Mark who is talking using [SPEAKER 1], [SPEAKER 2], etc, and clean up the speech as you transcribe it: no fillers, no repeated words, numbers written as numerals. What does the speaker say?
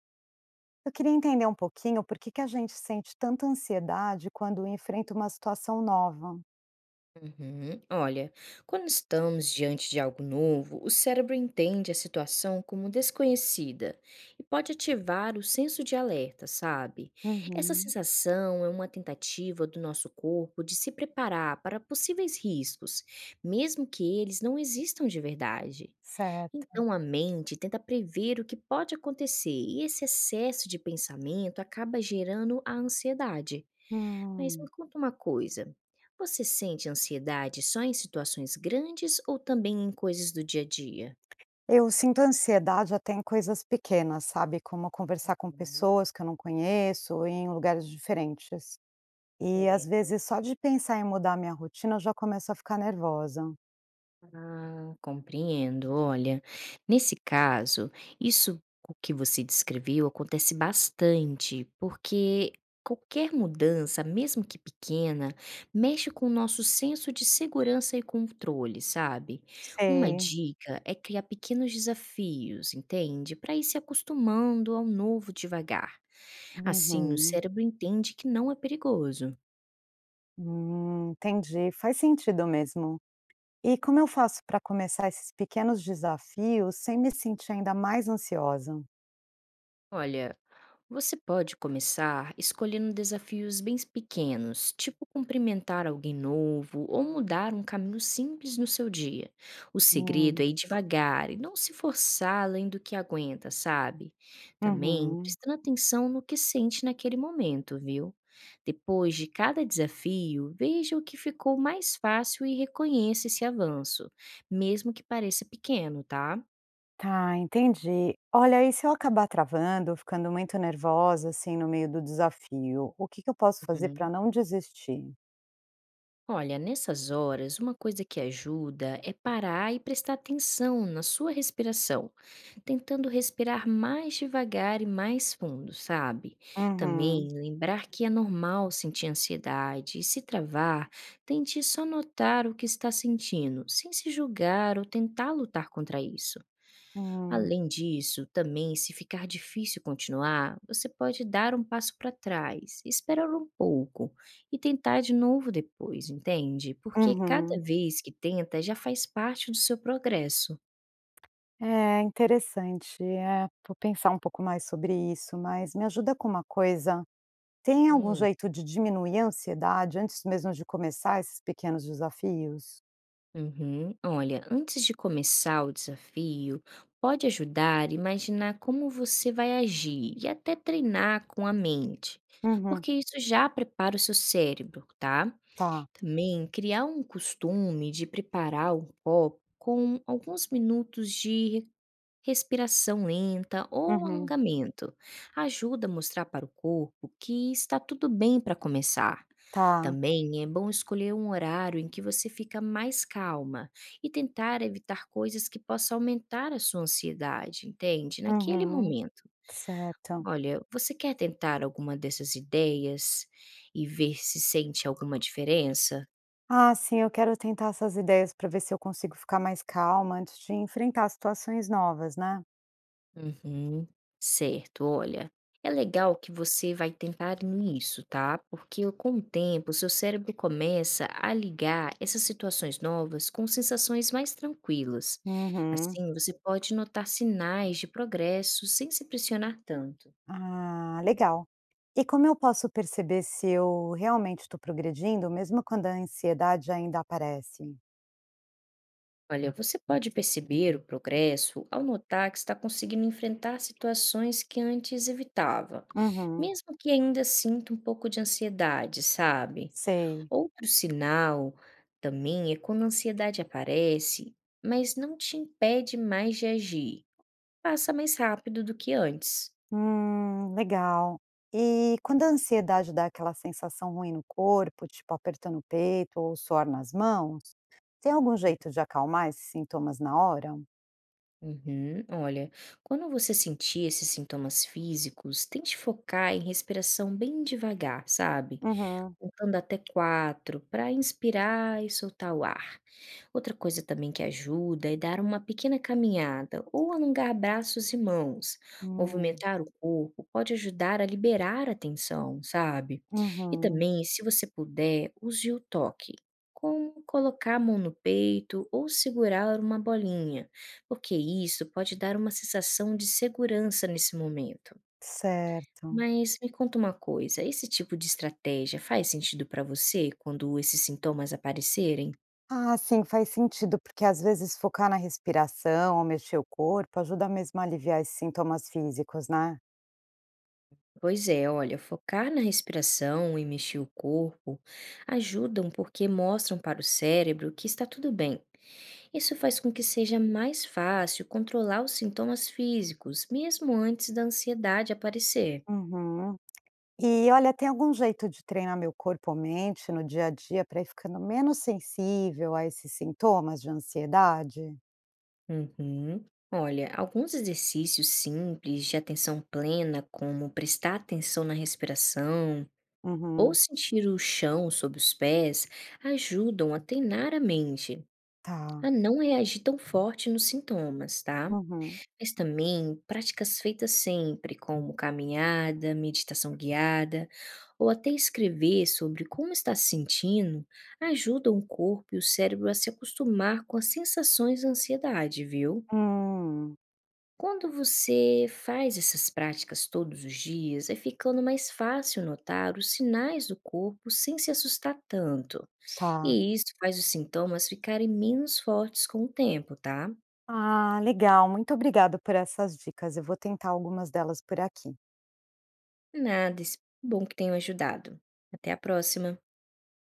[SPEAKER 1] Eu queria entender um pouquinho por que que a gente sente tanta ansiedade quando enfrenta uma situação nova.
[SPEAKER 2] Uhum. Olha, quando estamos diante de algo novo, o cérebro entende a situação como desconhecida e pode ativar o senso de alerta, sabe? Essa
[SPEAKER 1] Uhum,
[SPEAKER 2] sensação é uma tentativa do nosso corpo de se preparar para possíveis riscos, mesmo que eles não existam de verdade.
[SPEAKER 1] certo.
[SPEAKER 2] Então a mente tenta prever o que pode acontecer e esse excesso de pensamento acaba gerando a ansiedade. Mas me
[SPEAKER 1] Hum.
[SPEAKER 2] conta uma coisa, você sente ansiedade só em situações grandes ou também em coisas do dia a dia?
[SPEAKER 1] Eu sinto ansiedade até em coisas pequenas, sabe? Como conversar com
[SPEAKER 2] Uhum,
[SPEAKER 1] pessoas que eu não conheço, ou em lugares diferentes. E às
[SPEAKER 2] é.
[SPEAKER 1] vezes só de pensar em mudar minha rotina eu já começo a ficar nervosa.
[SPEAKER 2] Ah, compreendo. Olha, nesse caso, que você descreveu acontece bastante, porque qualquer mudança, mesmo que pequena, mexe com o nosso senso de segurança e controle, sabe? Uma
[SPEAKER 1] Sei.
[SPEAKER 2] dica é criar pequenos desafios, entende? Para ir se acostumando ao novo devagar. Assim, o
[SPEAKER 1] Uhum.
[SPEAKER 2] cérebro entende que não é perigoso.
[SPEAKER 1] Entendi. Faz sentido mesmo. E como eu faço para começar esses pequenos desafios sem me sentir ainda mais ansiosa?
[SPEAKER 2] Olha, você pode começar escolhendo desafios bem pequenos, tipo cumprimentar alguém novo ou mudar um caminho simples no seu dia. O segredo é
[SPEAKER 1] Hum,
[SPEAKER 2] ir devagar e não se forçar além do que aguenta, sabe? Também
[SPEAKER 1] uhum.
[SPEAKER 2] prestando atenção no que sente naquele momento, viu? Depois de cada desafio, veja o que ficou mais fácil e reconheça esse avanço, mesmo que pareça pequeno, tá?
[SPEAKER 1] Tá, entendi. Olha, e se eu acabar travando, ficando muito nervosa assim no meio do desafio, o que que eu posso fazer para
[SPEAKER 2] Uhum.
[SPEAKER 1] não desistir?
[SPEAKER 2] Olha, nessas horas, uma coisa que ajuda é parar e prestar atenção na sua respiração, tentando respirar mais devagar e mais fundo, sabe? Também
[SPEAKER 1] Uhum,
[SPEAKER 2] lembrar que é normal sentir ansiedade e se travar, tente só notar o que está sentindo, sem se julgar ou tentar lutar contra isso.
[SPEAKER 1] hum,
[SPEAKER 2] Além disso, também, se ficar difícil continuar, você pode dar um passo para trás, esperar um pouco e tentar de novo depois, entende? Porque cada
[SPEAKER 1] uhum.
[SPEAKER 2] vez que tenta já faz parte do seu progresso.
[SPEAKER 1] É interessante. É, vou pensar um pouco mais sobre isso, mas me ajuda com uma coisa. Tem algum
[SPEAKER 2] Hum,
[SPEAKER 1] jeito de diminuir a ansiedade antes mesmo de começar esses pequenos desafios?
[SPEAKER 2] Uhum. Olha, antes de começar o desafio, pode ajudar a imaginar como você vai agir e até treinar com a mente,
[SPEAKER 1] Uhum.
[SPEAKER 2] porque isso já prepara o seu cérebro, tá?
[SPEAKER 1] Tá.
[SPEAKER 2] Também criar um costume de preparar um copo com alguns minutos de respiração lenta ou
[SPEAKER 1] Uhum.
[SPEAKER 2] alongamento. Ajuda a mostrar para o corpo que está tudo bem para começar.
[SPEAKER 1] Tá.
[SPEAKER 2] Também é bom escolher um horário em que você fica mais calma e tentar evitar coisas que possam aumentar a sua ansiedade, entende? Naquele
[SPEAKER 1] Uhum.
[SPEAKER 2] momento.
[SPEAKER 1] Certo.
[SPEAKER 2] Olha, você quer tentar alguma dessas ideias e ver se sente alguma diferença?
[SPEAKER 1] Ah, sim, eu quero tentar essas ideias para ver se eu consigo ficar mais calma antes de enfrentar situações novas, né?
[SPEAKER 2] Uhum. Certo, olha, é legal que você vai tentar nisso, tá? Porque com o tempo, seu cérebro começa a ligar essas situações novas com sensações mais tranquilas.
[SPEAKER 1] Uhum.
[SPEAKER 2] Assim, você pode notar sinais de progresso sem se pressionar tanto.
[SPEAKER 1] Ah, legal. E como eu posso perceber se eu realmente estou progredindo, mesmo quando a ansiedade ainda aparece?
[SPEAKER 2] Olha, você pode perceber o progresso ao notar que está conseguindo enfrentar situações que antes evitava,
[SPEAKER 1] Uhum.
[SPEAKER 2] mesmo que ainda sinta um pouco de ansiedade, sabe?
[SPEAKER 1] Sei.
[SPEAKER 2] Outro sinal também é quando a ansiedade aparece, mas não te impede mais de agir. Passa mais rápido do que antes.
[SPEAKER 1] Legal. E quando a ansiedade dá aquela sensação ruim no corpo, tipo apertando o peito ou suor nas mãos, tem algum jeito de acalmar esses sintomas na hora?
[SPEAKER 2] Uhum, olha, quando você sentir esses sintomas físicos, tente focar em respiração bem devagar, sabe?
[SPEAKER 1] Uhum.
[SPEAKER 2] Contando até quatro, para inspirar e soltar o ar. Outra coisa também que ajuda é dar uma pequena caminhada ou alongar braços e mãos.
[SPEAKER 1] Hum,
[SPEAKER 2] Movimentar o corpo pode ajudar a liberar a tensão, sabe? E
[SPEAKER 1] uhum,
[SPEAKER 2] também, se você puder, use o toque, como colocar a mão no peito ou segurar uma bolinha, porque isso pode dar uma sensação de segurança nesse momento.
[SPEAKER 1] certo.
[SPEAKER 2] Mas me conta uma coisa, esse tipo de estratégia faz sentido para você quando esses sintomas aparecerem?
[SPEAKER 1] Ah, sim, faz sentido, porque às vezes focar na respiração ou mexer o corpo ajuda mesmo a aliviar esses sintomas físicos, né?
[SPEAKER 2] Pois é, olha, focar na respiração e mexer o corpo ajudam porque mostram para o cérebro que está tudo bem. Isso faz com que seja mais fácil controlar os sintomas físicos, mesmo antes da ansiedade aparecer.
[SPEAKER 1] Uhum. E olha, tem algum jeito de treinar meu corpo ou mente no dia a dia para ir ficando menos sensível a esses sintomas de ansiedade?
[SPEAKER 2] Uhum. Olha, alguns exercícios simples de atenção plena, como prestar atenção na respiração ou
[SPEAKER 1] Uhum,
[SPEAKER 2] sentir o chão sob os pés, ajudam a treinar a mente
[SPEAKER 1] tá.
[SPEAKER 2] a não reagir tão forte nos sintomas, tá?
[SPEAKER 1] Uhum.
[SPEAKER 2] Mas também práticas feitas sempre, como caminhada, meditação guiada ou até escrever sobre como está se sentindo, ajudam o corpo e o cérebro a se acostumar com as sensações da ansiedade, viu?
[SPEAKER 1] Hum,
[SPEAKER 2] Quando você faz essas práticas todos os dias, é ficando mais fácil notar os sinais do corpo sem se assustar tanto.
[SPEAKER 1] tá.
[SPEAKER 2] E isso faz os sintomas ficarem menos fortes com o tempo, tá?
[SPEAKER 1] Ah, legal. Muito obrigada por essas dicas. Eu vou tentar algumas delas por aqui.
[SPEAKER 2] Nada, bom que tenham ajudado. Até a próxima!